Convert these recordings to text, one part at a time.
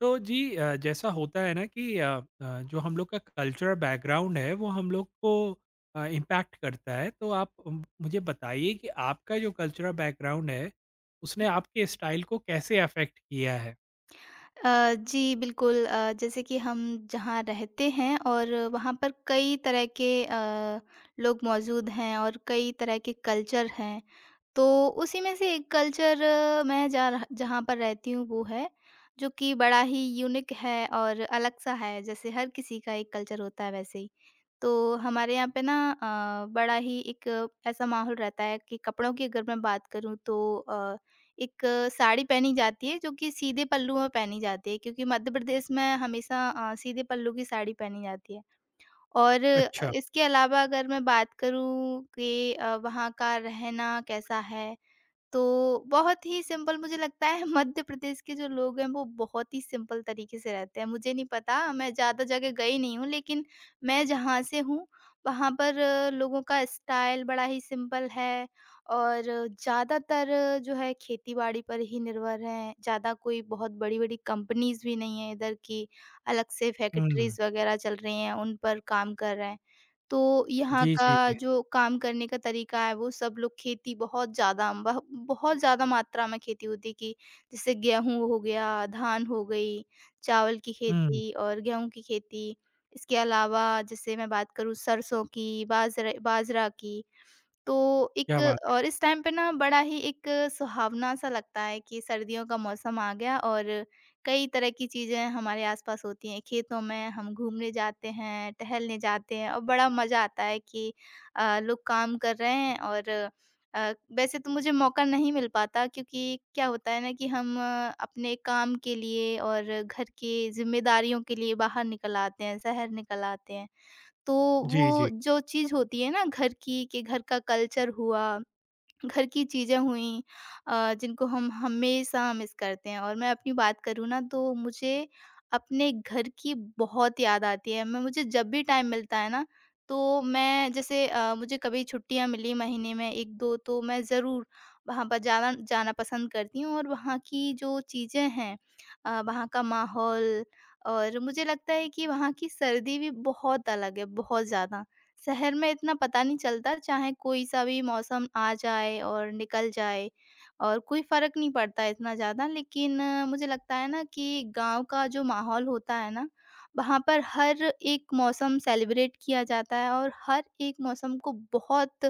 तो जी, जैसा होता है ना कि जो हम लोग का कल्चरल बैकग्राउंड है वो हम लोग को इम्पैक्ट करता है। तो आप मुझे बताइए कि आपका जो कल्चरल बैकग्राउंड है उसने आपके स्टाइल को कैसे अफेक्ट किया है? जी बिल्कुल जैसे कि हम जहाँ रहते हैं और वहाँ पर कई तरह के लोग मौजूद हैं और कई तरह के कल्चर हैं। तो उसी में से एक कल्चर मैं जा रह जहाँ पर रहती हूँ वो है, जो कि बड़ा ही यूनिक है और अलग-सा है, जैसे हर किसी का एक कल्चर होता है वैसे ही। तो हमारे यहाँ पे ना बड़ा ही एक ऐसा माहौल रहता है कि कपड़ों की अगर मैं बात करूँ तो एक साड़ी पहनी जाती है जो कि सीधे पल्लू में पहनी जाती है क्योंकि मध्य प्रदेश में हमेशा सीधे पल्लू की साड़ी पहनी जाती है और अच्छा। इसके अलावा अगर मैं बात करूँ कि वहाँ का रहना कैसा है तो बहुत ही सिंपल मुझे लगता है मध्य प्रदेश के जो लोग हैं वो बहुत ही सिंपल तरीके से रहते हैं। मुझे नहीं पता मैं ज़्यादा जगह गई नहीं हूँ लेकिन मैं जहाँ से हूँ वहाँ पर लोगों का स्टाइल बड़ा ही सिंपल है और ज़्यादातर जो है खेती-बाड़ी पर ही निर्भर हैं। ज़्यादा कोई बहुत बड़ी-बड़ी कंपनीज़ भी नहीं है इधर की, अलग से हुँ। फैक्ट्रीज़ वगैरह चल रही हैं, उन पर काम कर रहे हैं। तो यहाँ जी, का जी, जी। जो काम करने का तरीका है वो सब लोग खेती बहुत ज़्यादा मात्रा में खेती होती है कि जैसे गेहूँ हो गया, धान हो गई, चावल की हुँ, खेती और गेहूँ की खेती। इसके अलावा जैसे मैं बात करूँ सरसों की, बाजरे बाजरा की तो एक क्या बात और इस टाइम पे ना बड़ा ही एक सुहावना-सा लगता है कि सर्दियों का मौसम आ गया और कई तरह की चीज़ें हमारे आसपास होती हैं। खेतों में हम घूमने जाते हैं, टहलने जाते हैं और बड़ा मज़ा आता है कि लोग काम कर रहे हैं और वैसे तो मुझे मौका नहीं मिल पाता क्योंकि क्या होता है ना कि हम अपने काम के लिए और घर की ज़िम्मेदारियों के लिए बाहर निकल आते हैं, शहर निकल आते हैं। तो है। वो जी, जी। जो चीज़ होती है ना घर की कि घर का कल्चर हुआ घर की चीज़ें हुईं जिनको हम हमेशा मिस करते हैं और मैं अपनी बात करूँ ना तो मुझे अपने घर की बहुत याद आती है। मैं मुझे जब भी टाइम मिलता है ना तो मैं जैसे मुझे कभी छुट्टियाँ मिली महीने में 1-2 तो मैं ज़रूर वहाँ पर जाना जाना पसंद करती हूँ और वहाँ की जो चीज़ें हैं वहाँ का माहौल और मुझे लगता है कि वहाँ की सर्दी भी बहुत अलग है, बहुत ज़्यादा। शहर में इतना पता नहीं चलता, चाहे कोई-सा भी मौसम आ जाए और निकल जाए और कोई फ़र्क नहीं पड़ता इतना ज़्यादा। लेकिन मुझे लगता है ना कि गाँव का जो माहौल होता है ना, वहाँ पर हर एक मौसम सेलिब्रेट किया जाता है और हर एक मौसम को बहुत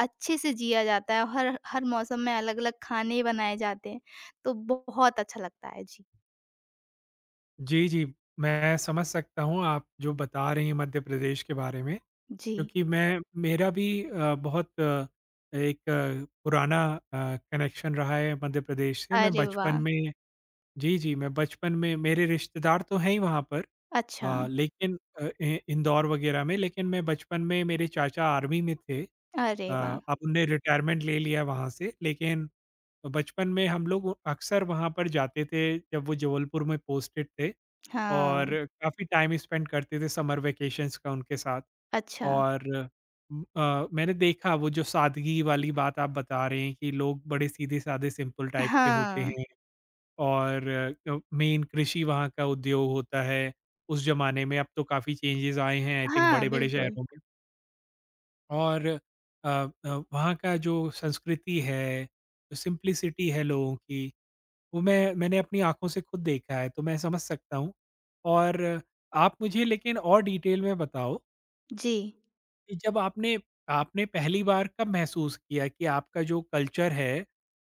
अच्छे से जिया जाता है। हर हर मौसम में अलग-अलग खाने बनाए जाते हैं, तो बहुत अच्छा लगता है। जी, जी, जी, मैं समझ सकता हूँ आप जो बता रही हैं मध्य प्रदेश के बारे में। जी। क्योंकि मैं मेरा भी बहुत एक पुराना कनेक्शन रहा है मध्य प्रदेश से। मैं अरे बचपन वाह! में जी, जी, मैं बचपन में मेरे रिश्तेदार तो हैं ही वहाँ पर, अच्छा, लेकिन इ इंदौर वगैरह में, लेकिन मैं बचपन में मेरे चाचा आर्मी में थे। अरे वाह! अ, अब उनने रिटायरमेंट ले लिया वहाँ से, लेकिन बचपन में हम लोग अक्सर वहाँ पर जाते थे जब वो जबलपुर में पोस्टेड थे और हाँ, काफ़ी टाइम स्पेंड करते थे समर वैकेशंस का उनके साथ। अच्छा, और मैंने देखा वो जो सादगी वाली बात आप बता रहे हैं कि लोग बड़े सीधे-साधे सिंपल टाइप के होते हाँ। हैं और मेन कृषि वहाँ का उद्योग होता है। उस ज़माने में, अब तो काफ़ी चेंजेज़ आए हैं आई थिंक हाँ, बड़े-बड़े बिल्कुल। शहरों में और वहाँ का जो संस्कृति है, जो सिंप्लिसिटी है लोगों की, वो मैंने अपनी आँखों से खुद देखा है, तो मैं समझ सकता हूँ। और आप मुझे लेकिन और डिटेल में बताओ जी। कि जब आपने आपने पहली बार कब महसूस किया कि आपका जो कल्चर है,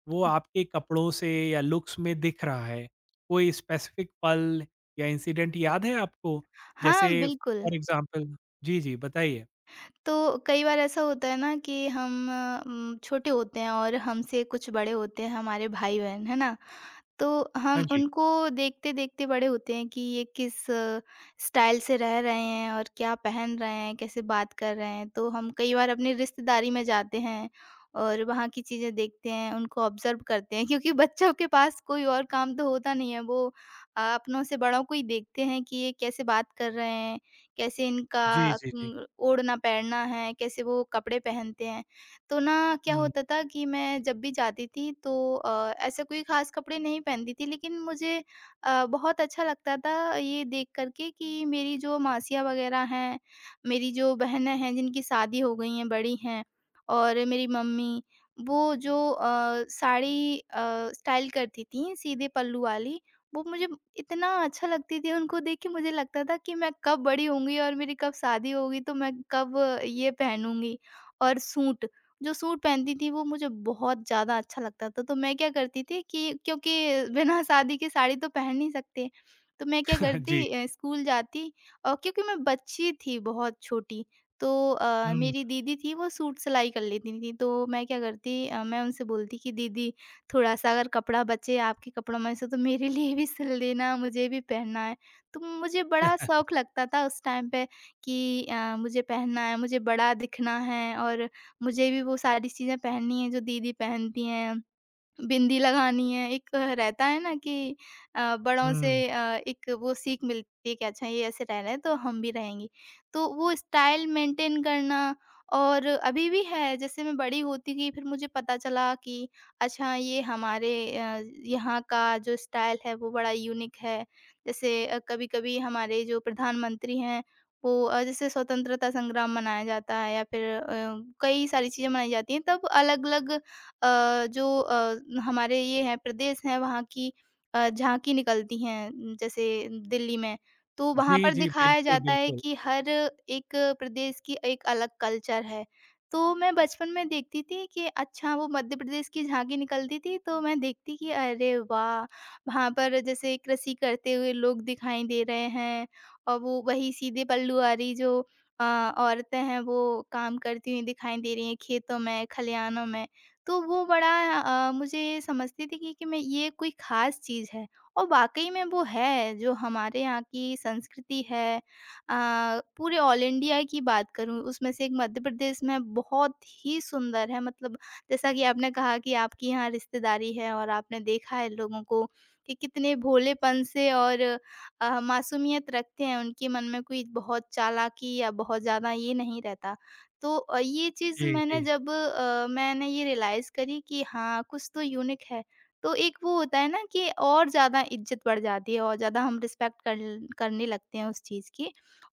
वो आपके कपड़ों से या लुक्स में दिख रहा है? कोई स्पेसिफिक पल या इंसिडेंट याद है आपको? हाँ, जैसे बिल्कुल। For example. जी, जी, बताइए। तो कई बार ऐसा होता है ना कि हम छोटे होते हैं और हमसे कुछ बड़े होते हैं हमारे भाई-बहन, है ना? तो हाँ हम जी। उनको देखते-देखते बड़े होते हैं कि ये किस स्टाइल से रह रहे हैं और क्या पहन रहे हैं, कैसे बात कर रहे हैं। तो हम कई बार अपनी रिश्तेदारी में जाते हैं और वहाँ की चीज़ें देखते हैं, उनको ऑब्ज़र्व करते हैं क्योंकि बच्चों के पास कोई और काम तो होता नहीं है। वो अपनों से बड़ों को ही देखते हैं कि ये कैसे बात कर रहे हैं, कैसे जी, इनका जी, जी। ओढ़ना-पहनना है, कैसे वो कपड़े पहनते हैं। तो ना क्या हुँ। होता था कि मैं जब भी जाती थी तो ऐसे कोई ख़ास कपड़े नहीं पहनती थी लेकिन मुझे बहुत अच्छा लगता था ये देख कर के कि मेरी जो मासियाँ वग़ैरह हैं, मेरी जो बहनें हैं जिनकी शादी हो गई हैं, बड़ी हैं और मेरी मम्मी वो जो साड़ी स्टाइल करती थीं सीधे पल्लू वाली, वो मुझे इतना अच्छा लगती थी उनको देख के मुझे लगता था कि मैं कब बड़ी होंगी और मेरी कब शादी होगी तो मैं कब ये पहनूँगी और सूट जो सूट पहनती थी वो मुझे बहुत ज़्यादा अच्छा लगता था, तो मैं क्या करती थी कि क्योंकि बिना शादी के साड़ी तो पहन नहीं सकते, तो मैं क्या जी। करती स्कूल जाती और क्योंकि मैं बच्ची थी बहुत छोटी, तो हुँ, मेरी दीदी थी वो सूट सिलाई कर लेती थी, तो मैं क्या करती मैं उनसे बोलती कि दीदी थोड़ा-सा अगर कपड़ा बचे आपके कपड़ों में से तो मेरे लिए भी सिल देना, मुझे भी पहनना है। तो मुझे बड़ा शौक लगता था उस टाइम पे कि मुझे पहनना है, मुझे बड़ा दिखना है और मुझे भी वो सारी चीज़ें पहननी है जो दीदी पहनती हैं। बिंदी लगानी है, एक रहता है ना कि बड़ों से हुँ। एक वो सीख मिलती है कि अच्छा ये ऐसे रह रहे हैं तो हम भी रहेंगे। तो वो स्टाइल मेंटेन करना और अभी भी है जैसे मैं बड़ी होती गई फिर मुझे पता चला कि अच्छा ये हमारे अ, यहाँ का जो स्टाइल है वो बड़ा यूनिक है। जैसे कभी-कभी हमारे जो प्रधानमंत्री हैं वो जैसे स्वतंत्रता संग्राम मनाया जाता है या फिर कई सारी चीज़ें मनाई जाती हैं तब अलग-अलग जो हमारे ये हैं प्रदेश हैं वहाँ की झाँकी निकलती हैं जैसे दिल्ली में, तो वहाँ जी, पर जी, दिखाया बिल्कुल, जाता है बिल्कुल। कि हर एक प्रदेश की एक अलग कल्चर है। तो मैं बचपन में देखती थी कि अच्छा वो मध्य प्रदेश की झाँकी निकलती थी तो मैं देखती कि अरे वाह! वहाँ पर जैसे कृषि करते हुए लोग दिखाई दे रहे हैं और वो वही सीधे पल्लू वाली जो अ, औरतें हैं वो काम करती हुई दिखाई दे रही हैं खेतों में, खलिहानों में। तो वो बड़ा मुझे समझती थी कि मैं ये कोई ख़ास चीज़ है और वाक़ई में वो है, जो हमारे यहाँ की संस्कृति है। पूरे ऑल इंडिया की बात करूँ, उसमें से एक मध्य प्रदेश में बहुत ही सुंदर है। मतलब जैसा कि आपने कहा कि आपके यहाँ रिश्तेदारी है और आपने देखा है लोगों को कि कितने भोलेपन से और मासूमियत रखते हैं, उनके मन में कोई बहुत चालाकी या बहुत ज़्यादा ये नहीं रहता। तो ये चीज़ जी, मैंने जी। जब मैंने ये रियलाइज़ करी कि हाँ, कुछ तो यूनिक है, तो एक वो होता है ना कि और ज़्यादा इज़्ज़त बढ़ जाती है और ज़्यादा हम रिस्पेक्ट कर ल करने लगते हैं उस चीज़ की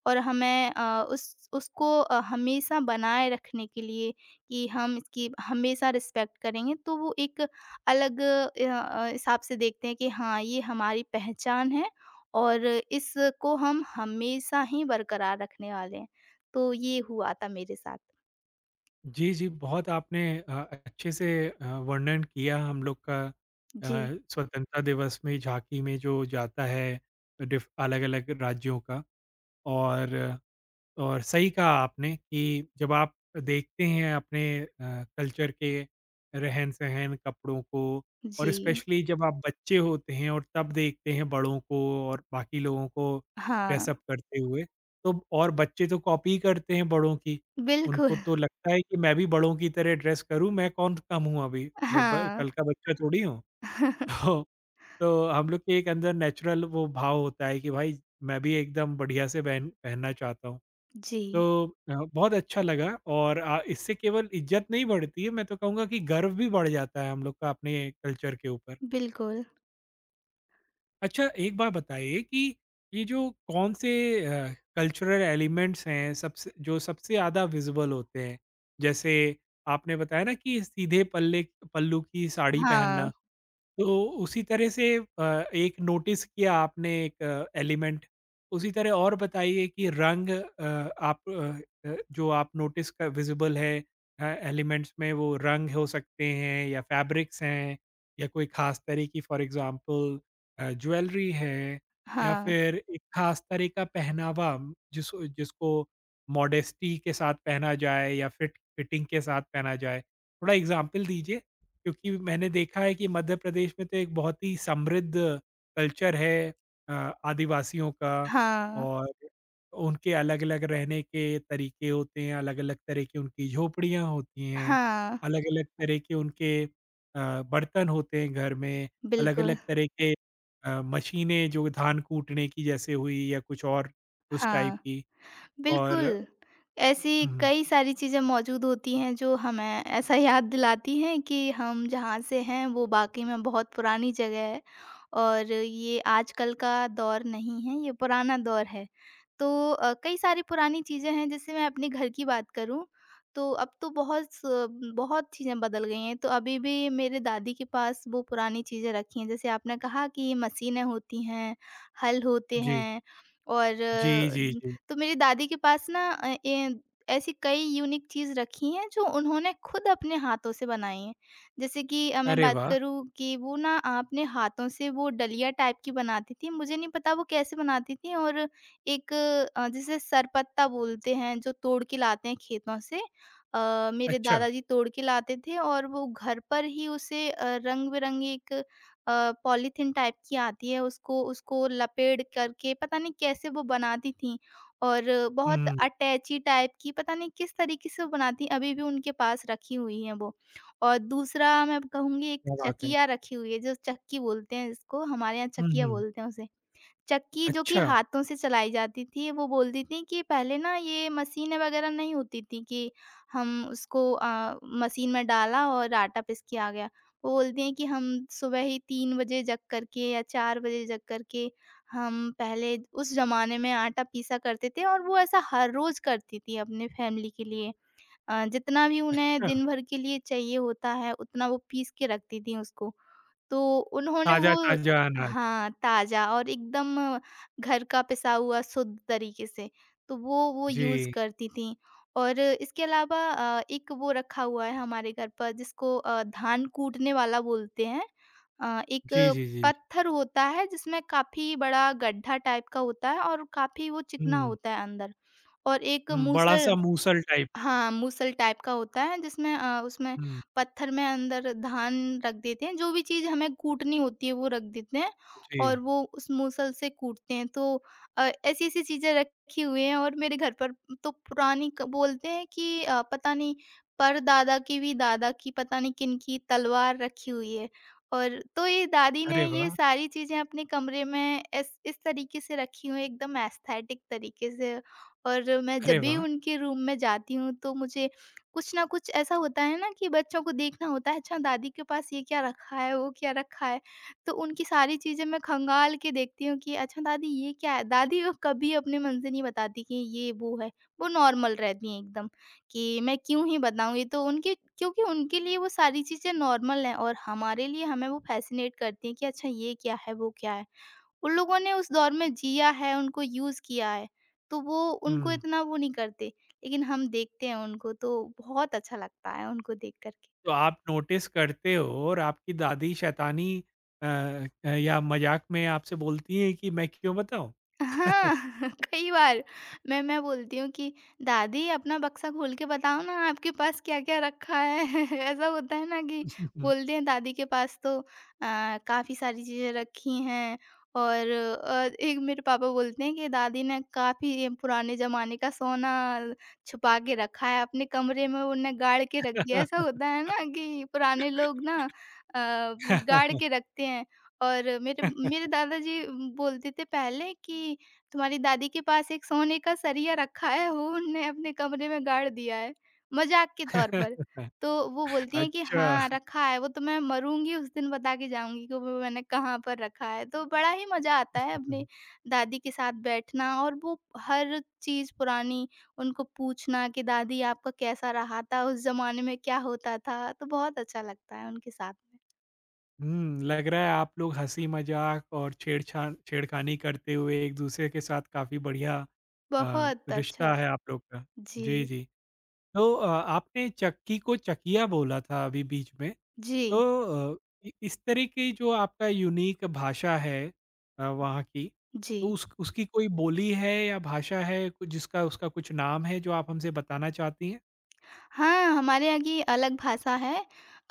और हमें उस उसको हमेशा बनाए रखने के लिए कि हम इसकी हमेशा रिस्पेक्ट करेंगे, तो वो एक अलग हिसाब से देखते हैं कि हाँ, ये हमारी पहचान है और इसको हम हमेशा ही बरकरार रखने वाले हैं। तो ये हुआ था मेरे साथ। जी, जी, बहुत आपने अच्छे से वर्णन किया हम लोग का जी, स्वतंत्रता दिवस में झाँकी में जो जाता है, डिफ अलग-अलग राज्यों का। और सही कहा आपने कि जब आप देखते हैं अपने कल्चर के रहन-सहन, कपड़ों को और जी। स्पेशली जब आप बच्चे होते हैं और तब देखते हैं बड़ों को और बाकी लोगों को हाँ, ड्रेसअप करते हुए। तो और बच्चे तो कॉपी ही करते हैं बड़ों की। बिल्कुल। उनको तो लगता है कि मैं भी बड़ों की तरह ड्रेस करूँ, मैं कौन कम हूँ अभी, मैं ब हाँ, कल का बच्चा थोड़ी हूँ। तो तो हम लोग के एक अंदर नेचुरल वो भाव होता है कि भाई मैं भी एकदम बढ़िया से पहनना चाहता हूँ। जी, तो बहुत अच्छा लगा और इससे केवल इज्जत नहीं बढ़ती है, मैं तो कहूँगा कि गर्व भी बढ़ जाता है हम लोग का अपने कल्चर के ऊपर। बिल्कुल। अच्छा, एक बात बताइए कि ये जो कौन से कल्चरल एलिमेंट्स हैं, सबसे जो सबसे ज़्यादा विज़िबल होते हैं? जैसे आपने बताया ना कि सीधे पल्ले पल्लू की साड़ी हाँ, पहनना। तो उसी तरह से, एक नोटिस किया आपने एक एलिमेंट, उसी तरह और बताइए कि रंग। आप जो आप नोटिस क विज़िबल है एलिमेंट्स में, वो रंग हो सकते हैं या फैब्रिक्स हैं या कोई ख़ास तरह की, फॉर एग्ज़ाम्पल, ज्वेलरी है, या हाँ, फिर एक ख़ास तरह का पहनावा जिस जिसको मॉडेस्टी के साथ पहना जाए या फिटिंग के साथ पहना जाए? थोड़ा एग्ज़ाम्पल दीजिए। क्योंकि मैंने देखा है कि मध्य प्रदेश में तो एक बहुत ही समृद्ध कल्चर है आदिवासियों का हाँ, और उनके अलग-अलग रहने के तरीके होते हैं, अलग-अलग तरह की उनकी झोपड़ियाँ होती हैं, हाँ, अलग-अलग तरह के उनके बर्तन होते हैं घर में, बिल्कुल, अलग-अलग तरह के मशीनें जो धान कूटने की जैसे हुई या कुछ और, उस टाइप हाँ। की। और। बिल्कुल, ऐसी हुँ, कई सारी चीज़ें मौजूद होती हैं जो हमें ऐसा याद दिलाती हैं कि हम जहाँ से हैं वो वाक़ई में बहुत पुरानी जगह है और ये आजकल का दौर नहीं है, ये पुराना दौर है। तो कई सारी पुरानी चीज़ें हैं जैसे मैं अपने घर की बात करूँ, तो अब तो बहुत चीज़ें बदल गई हैं, तो अभी भी मेरे दादी के पास वो पुरानी चीज़ें रखी हैं। जैसे आपने कहा कि मशीनें होती हैं, हल होते जी। हैं और जी, जी, जी। तो मेरी दादी के पास ना अ, ए ऐसी कई यूनिक चीज़ रखी हैं जो उन्होंने खुद अपने हाथों से बनाई हैं। जैसे कि मैं अरे बात वाह! करूँ कि वो ना अपने हाथों से वो डलिया टाइप की बनाती थीं, मुझे नहीं पता वो कैसे बनाती थीं और एक जिसे सरपत्ता बोलते हैं जो तोड़ के लाते हैं खेतों से। मेरे अच्छा। दादाजी तोड़ के लाते थे और वो घर पर ही उसे रंग-बिरंगी एक पॉलीथीन टाइप की आती है उसको उसको लपेट करके पता नहीं कैसे वो बनाती थीं। और बहुत हुँ, अटैची टाइप की पता नहीं किस तरीके से वो बनाती हैं, अभी भी उनके पास रखी हुई हैं वो। और दूसरा मैं कहूँगी एक क्या बात है। चकिया रखी हुई है, जो चक्की बोलते हैं जिसको, हमारे यहाँ हुँ, चकिया हुँ। बोलते हैं उसे। चक्की जो कि अच्छा। हाथों से चलाई जाती थी, वो बोलती थी कि पहले ना ये मशीनें वगैरह नहीं होती थी कि हम उसको मशीन में डाला और आटा पीस के आ गया। वो बोलती हैं कि हम सुबह ही 3 बजे जग करके या 4 बजे जग करके हम पहले उस ज़माने में आटा पीसा करते थे और वो ऐसा हर रोज़ करती थी अपने फैमिली के लिए। जितना भी उन्हें अच्छा, दिन भर के लिए चाहिए होता है, उतना वो पीस के रखती थी उसको। तो उन्होंने वो ताज़ा-ताज़ा अनाज। हाँ, ताज़ा और एकदम घर का पिसा हुआ शुद्ध तरीके से, तो वो यूज़ जी, करती थीं। और इसके अलावा एक वो रखा हुआ है हमारे घर पर जिसको धान कूटने वाला बोलते हैं। अ, एक जी, जी, जी। पत्थर होता है जिसमें काफ़ी बड़ा गड्ढा टाइप का होता है और काफ़ी वो चिकना हुँ, होता है अंदर और एक हुँ, बड़ा-सा मूसल मूसल टाइप का। हाँ, मूसल टाइप का होता है जिसमें उसमें हुँ, पत्थर में अंदर धान रख देते हैं, जो भी चीज़ हमें कूटनी होती है वो रख देते हैं जी। और वो उस मूसल से कूटते हैं। तो ऐसी-ऐसी चीज़ें रखी हुई हैं और मेरे घर पर तो पुरानी क बोलते हैं कि पता नहीं परदादा की भी दादा की पता नहीं किनकी तलवार रखी हुई है। और तो ये दादी ने अरे ये वाह! सारी चीज़ें अपने कमरे में इस तरीके से रखी हुई हैं एकदम एस्थेटिक तरीके से। और मैं अरे जब भी वाह! उनके रूम में जाती हूँ तो मुझे कुछ ना कुछ ऐसा होता है ना कि बच्चों को देखना होता है अच्छा दादी के पास ये क्या रखा है वो क्या रखा है। तो उनकी सारी चीज़ें मैं खंगाल के देखती हूँ कि अच्छा दादी ये क्या है। दादी वो कभी अपने मन से नहीं बताती कि ये वो है। वो नॉर्मल रहती हैं एकदम कि मैं क्यों ही बताऊँ। ये तो उनके क्योंकि उनके लिए वो सारी चीज़ें नॉर्मल हैं और हमारे लिए हमें वो फैसिनेट करती हैं कि अच्छा ये क्या है वो क्या है। उन लोगों ने उस दौर में जिया है, उनको यूज़ किया है, तो वो उनको हुँ, इतना वो नहीं करते। लेकिन हम देखते हैं उनको तो बहुत अच्छा लगता है उनको देख कर के। तो आप नोटिस करते हो और आपकी दादी शैतानी या मज़ाक में आपसे बोलती हैं कि मैं क्यों बताऊँ? हाँ, कई बार मैं बोलती हूँ कि दादी अपना बक्सा खोल के बताओ ना आपके पास क्या क्या रखा है। ऐसा होता है ना कि बोलते हैं दादी के पास तो आ, काफी सारी चीजें रखी हैं और एक मेरे पापा बोलते हैं कि दादी ने काफी ये पुराने जमाने का सोना छुपा के रखा है अपने कमरे में उन्हें गाड़ के रख दिया। ऐसा होता है ना कि पुराने लोग ना गाड़ के रखते हैं। और मेरे मेरे दादाजी बोलते थे पहले कि तुम्हारी दादी के पास एक सोने का सरिया रखा है वो उनने अपने कमरे में गाड़ दिया है, मज़ाक के तौर पर। तो वो बोलती हैं कि अच्छा। हाँ, रखा है वो तो मैं मरूँगी उस दिन बता के जाऊँगी कि वो मैंने कहाँ पर रखा है। तो बड़ा ही मज़ा आता है अपनी दादी के साथ बैठना और वो हर चीज़ पुरानी उनको पूछना कि दादी आपका कैसा रहा था? उस ज़माने में क्या होता था? तो बहुत अच्छा लगता है उनके साथ में। हुँ, लग रहा है आप लोग हँसी-मज़ाक और छेड़छाड़ छेड़खानी करते हुए एक-दूसरे के साथ काफ़ी बढ़िया बहुत अच्छा रिश्ता है लग आप लोग का। जी। जी, जी। तो आपने चक्की को चकिया बोला था अभी बीच में, जी, तो अ, इ इस तरह की जो आपका यूनिक भाषा है वहाँ की, जी। तो उस उसकी कोई बोली है या भाषा है, कुछ जिसका उसका कुछ नाम है जो आप हमसे बताना चाहती हैं? हाँ, हमारे यहाँ की अलग भाषा है।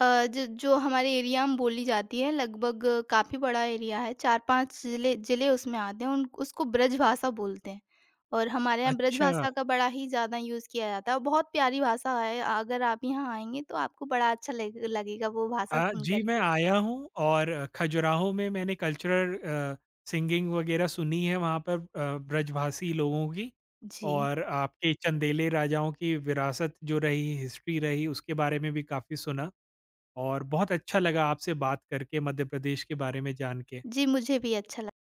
अ, ज जो हमारे एरिया में बोली जाती है लगभग काफ़ी बड़ा एरिया है, 4-5 ज़िले ज़िले उसमें आते हैं, उन उसको ब्रजभाषा बोलते हैं। और हमारे यहाँ अच्छा। ब्रजभाषा का बड़ा ही ज़्यादा यूज़ किया जाता है और बहुत प्यारी भाषा है, अगर आप यहाँ आएँगे तो आपको बड़ा अच्छा लग लगेगा वो भाषा सुन जी, कर मैं के। आया हूँ और खजुराहो में मैंने कल्चरल सिंगिंग वगैरह सुनी है वहाँ पर, ब्रजभाषी लोगों की जी, और आपके चंदेले राजाओं की विरासत जो रही, हिस्ट्री रही, उसके बारे में भी काफ़ी सुना और बहुत अच्छा लगा आपसे बात करके मध्य प्रदेश के बारे में जान के। जी मुझे भी अच्छा लगा।